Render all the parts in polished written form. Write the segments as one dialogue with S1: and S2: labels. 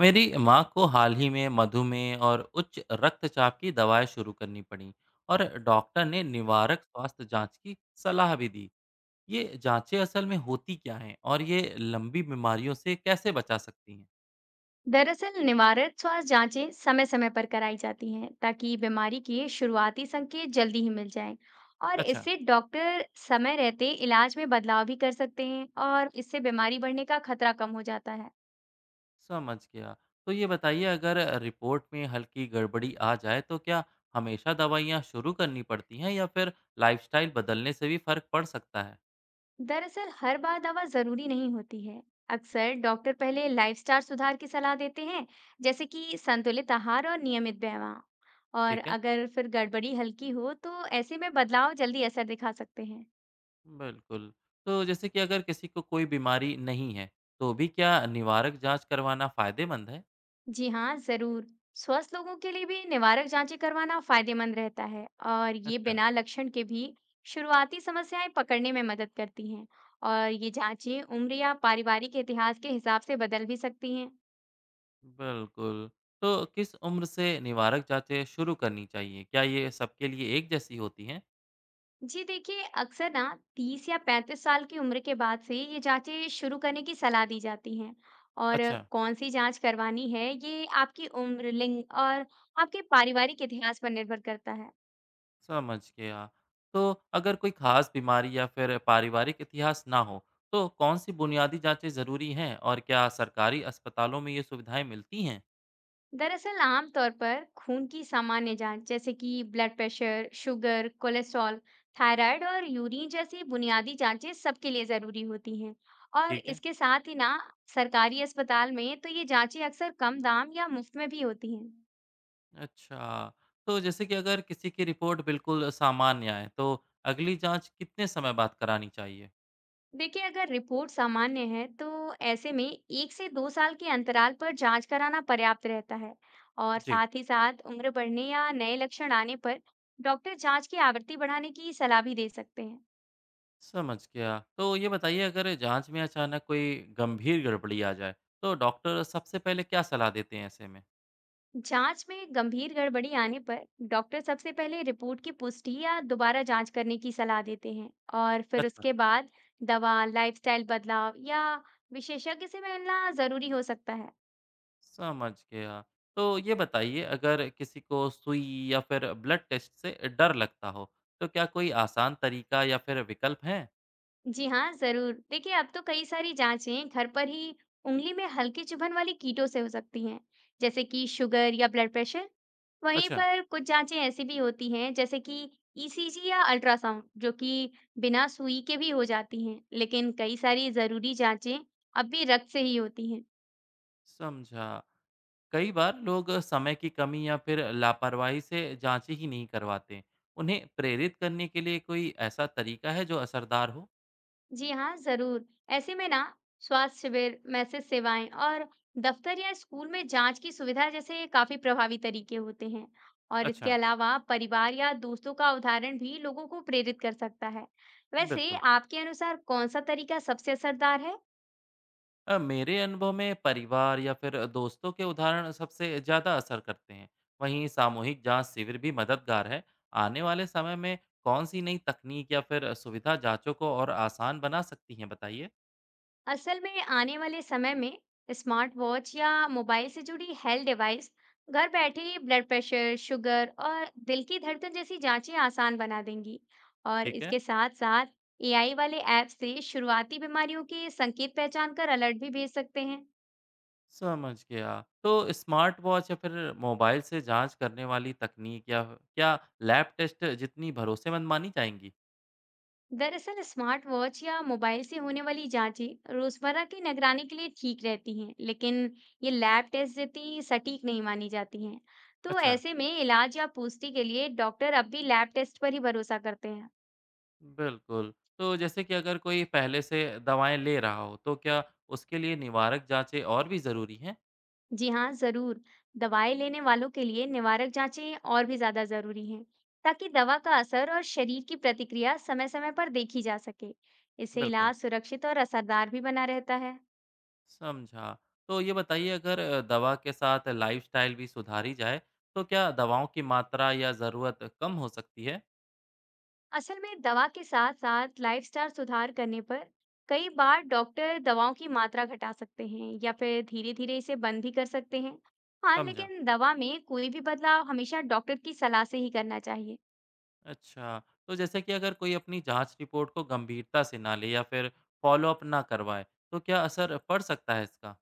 S1: मेरी माँ को हाल ही में मधुमेह और उच्च रक्तचाप की दवाएं शुरू करनी पड़ी। और डॉक्टर ने निवारक स्वास्थ्य जांच की सलाह भी दी। ये जांचें असल में होती क्या हैं और ये लंबी बीमारियों से कैसे बचा सकती हैं?
S2: दरअसल निवारक स्वास्थ्य जांचें समय समय पर कराई जाती हैं ताकि बीमारी के शुरुआती संकेत जल्दी ही मिल जाएं। और
S1: अच्छा,
S2: इससे डॉक्टर समय रहते इलाज में बदलाव भी कर सकते हैं और इससे बीमारी बढ़ने का खतरा कम हो जाता है।
S1: समझ गया। तो ये बताइए, अगर रिपोर्ट में हल्की गड़बड़ी आ जाए तो क्या हमेशा दवाइयाँ शुरू करनी पड़ती हैं, या फिर लाइफस्टाइल बदलने से भी फर्क पड़ सकता है?
S2: दरअसल हर बार दवा जरूरी नहीं होती है। अक्सर डॉक्टर पहले लाइफस्टाइल सुधार की सलाह देते हैं, जैसे कि संतुलित आहार और नियमित व्यायाम। और
S1: ठीक है।
S2: अगर फिर गड़बड़ी हल्की हो तो ऐसे में बदलाव जल्दी असर दिखा सकते हैं।
S1: बिल्कुल। तो जैसे कि अगर किसी को कोई बीमारी नहीं है, तो भी क्या निवारक जाँच करवाना फ़ायदेमंद है?
S2: जी हाँ, ज़रूर। स्वस्थ लोगों के लिए भी निवारक जांचें करवाना फायदेमंद रहता है, और ये
S1: अच्छा।
S2: बिना लक्षण के भी शुरुआती समस्याएं पकड़ने में मदद करती हैं। और ये जांचें उम्र या पारिवारिक इतिहास के हिसाब से बदल भी सकती हैं।
S1: बिल्कुल। तो किस उम्र से निवारक जाँचें शुरू करनी चाहिए? क्या ये सबके लिए एक जैसी होती हैं?
S2: जी देखिए, अक्सर ना 30 या 35 साल की उम्र के बाद से ये जांचें शुरू करने की सलाह दी जाती हैं। और
S1: अच्छा।
S2: कौन सी जांच करवानी है, ये आपकी उम्र, लिंग और आपके पारिवारिक इतिहास पर निर्भर करता है।
S1: समझ गया। तो अगर कोई ख़ास बीमारी या फिर पारिवारिक इतिहास ना हो, तो कौन-सी बुनियादी जाँचें ज़रूरी हैं, और क्या सरकारी अस्पतालों में ये सुविधाएँ मिलती हैं?
S2: दरअसल आमतौर पर खून की सामान्य जांच जैसे कि blood pressure, sugar, cholesterol, thyroid और यूरिन जैसी बुनियादी जांचें सबके लिए जरूरी होती हैं। और
S1: ठीक है।
S2: इसके साथ ही ना सरकारी अस्पताल में तो ये जांचें अक्सर कम दाम या मुफ्त में भी होती हैं।
S1: अच्छा, तो जैसे कि अगर किसी की रिपोर्ट बिल्कुल सामान्य आए, तो अगली जाँच कितने समय बाद करानी चाहिए?
S2: देखिए, अगर रिपोर्ट सामान्य है तो ऐसे में एक से दो साल के अंतराल पर जांच कराना पर्याप्त रहता है। और
S1: जी,
S2: साथ ही साथ उम्र बढ़ने या नए लक्षण आने पर डॉक्टर जांच की आवृत्ति बढ़ाने की सलाह भी दे सकते हैं।
S1: समझ गया। तो ये बताइए, अगर जाँच में अचानक कोई गंभीर गड़बड़ी आ जाए, तो डॉक्टर सबसे पहले क्या सलाह देते हैं ऐसे में?
S2: जांच में गंभीर गड़बड़ी आने पर डॉक्टर सबसे पहले रिपोर्ट की पुष्टि या दोबारा जांच करने की सलाह देते हैं। और फिर
S1: अच्छा,
S2: उसके बाद दवा, लाइफस्टाइल बदलाव या विशेषज्ञ से मिलना जरूरी हो सकता है।
S1: समझ गया। तो ये बताइए, अगर किसी को सुई या फिर ब्लड टेस्ट से डर लगता हो, तो क्या कोई आसान तरीका या फिर विकल्प हैं?
S2: जी हाँ, ज़रूर। देखिए, अब तो कई सारी जाँचें घर पर ही उँगली में हल्की चुभन वाली कीटों से हो सकती हैं, जैसे कि शुगर या ब्लड प्रेशर। वहीं
S1: अच्छा,
S2: पर कुछ जाँचें ऐसी भी होती हैं, जैसे कि ईसीजी या अल्ट्रासाउंड, जो कि बिना सुई के भी हो जाती हैं। लेकिन कई सारी ज़रूरी जाँचें अब भी रक्त से ही होती हैं।
S1: समझा। कई बार लोग समय की कमी या फिर लापरवाही से जांच ही नहीं करवाते। उन्हें प्रेरित करने के लिए कोई ऐसा तरीका है जो असरदार हो?
S2: जी हाँ, ज़रूर। ऐसे में ना स्वास्थ्य शिविर, मैसेज सेवाएं और दफ्तर या स्कूल में जांच की सुविधा जैसे काफ़ी प्रभावी तरीके होते हैं। और
S1: अच्छा।
S2: इसके अलावा परिवार या दोस्तों का उदाहरण भी लोगों को प्रेरित कर सकता है। वैसे
S1: बिल्कुल।
S2: आपके अनुसार कौन सा तरीका सबसे असरदार है?
S1: मेरे अनुभव में परिवार या फिर दोस्तों के उदाहरण सबसे ज़्यादा असर करते हैं। वहीं सामूहिक जांच शिविर भी मददगार है। आने वाले समय में कौन सी नई तकनीक या फिर सुविधा जांचों को और आसान बना सकती हैं, बताइए।
S2: असल में आने वाले समय में स्मार्ट वॉच या मोबाइल से जुड़ी हेल्थ डिवाइस घर बैठे ही ब्लड प्रेशर, शुगर और दिल की धड़कन जैसी जांचें आसान बना देंगी। और
S1: ठीक है।
S2: इसके साथ साथ एआई वाले ऐप से शुरुआती बीमारियों के संकेत पहचान कर अलर्ट भी भेज सकते हैं।
S1: समझ गया। तो स्मार्ट वॉच या फिर मोबाइल से जाँच करने वाली तकनीक, या क्या लैब टेस्ट जितनी भरोसेमंद मानी जाएँगी?
S2: दरअसल स्मार्ट वॉच या मोबाइल से होने वाली जांचें रोजमर्रा की निगरानी के लिए ठीक रहती हैं, लेकिन ये लैब टेस्ट जितनी सटीक नहीं मानी जाती हैं। तो
S1: अच्छा,
S2: ऐसे में इलाज या पुष्टि के लिए डॉक्टर अब भी लैब टेस्ट पर ही भरोसा करते हैं।
S1: बिल्कुल। तो जैसे कि अगर कोई पहले से दवाएँ ले रहा हो, तो क्या उसके लिए निवारक जाँचें और भी ज़रूरी हैं?
S2: जी हाँ, जरूर। दवाएं लेने वालों के लिए निवारक जांचें और भी ज्यादा जरूरी हैं, ताकि दवा का असर और शरीर की प्रतिक्रिया समय-समय पर देखी जा सके। इससे
S1: बिल्कुल,
S2: इलाज सुरक्षित और असरदार भी बना रहता है।
S1: समझा। तो ये बताइए, अगर दवा के साथ लाइफ़स्टाइल भी सुधारी जाए, तो क्या दवाओं की मात्रा या ज़रूरत कम हो सकती है?
S2: असल में दवा के साथ साथ लाइफस्टाइल सुधार करने पर कई बार डॉक्टर दवाओं की मात्रा घटा सकते हैं या फिर धीरे धीरे इसे बंद भी कर सकते हैं। हाँ
S1: समझा।
S2: लेकिन दवा में कोई भी बदलाव हमेशा डॉक्टर की सलाह से ही करना चाहिए।
S1: अच्छा, तो जैसे कि अगर कोई अपनी जाँच रिपोर्ट को गंभीरता से ना ले या फिर फ़ॉलो-अप ना करवाए, तो क्या असर पड़ सकता है इसका?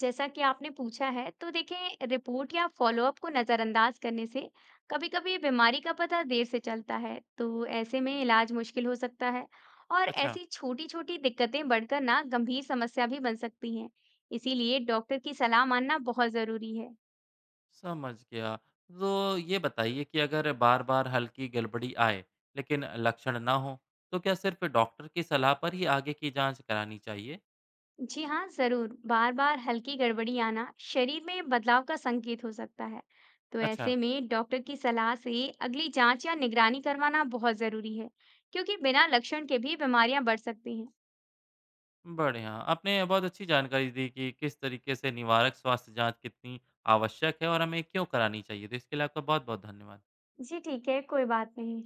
S2: जैसा कि आपने पूछा है, तो देखें रिपोर्ट या फॉलोअप को नज़रअंदाज करने से कभी-कभी बीमारी का पता देर से चलता है, तो ऐसे में इलाज मुश्किल हो सकता है। और
S1: अच्छा,
S2: ऐसी छोटी-छोटी दिक्कतें बढ़कर ना गंभीर समस्या भी बन सकती हैं। इसीलिए डॉक्टर की सलाह मानना बहुत ज़रूरी है।
S1: समझ गया। तो ये बताइए कि अगर बार-बार हल्की गड़बड़ी आए, लेकिन लक्षण ना हों, तो क्या सिर्फ़ डॉक्टर की सलाह पर ही आगे की जाँच करानी चाहिए?
S2: जी हाँ, जरूर। बार-बार हल्की गड़बड़ी आना शरीर में बदलाव का संकेत हो सकता है। तो
S1: अच्छा,
S2: ऐसे में डॉक्टर की सलाह से अगली जांच या निगरानी करवाना बहुत जरूरी है, क्योंकि बिना लक्षण के भी बीमारियां बढ़ सकती हैं।
S1: बढ़िया। आपने बहुत अच्छी जानकारी दी कि किस तरीके से निवारक स्वास्थ्य जाँच कितनी आवश्यक है और हमें क्यों करानी चाहिए। तो इसके लिए आपका बहुत-बहुत धन्यवाद।
S2: जी ठीक है, कोई बात नहीं।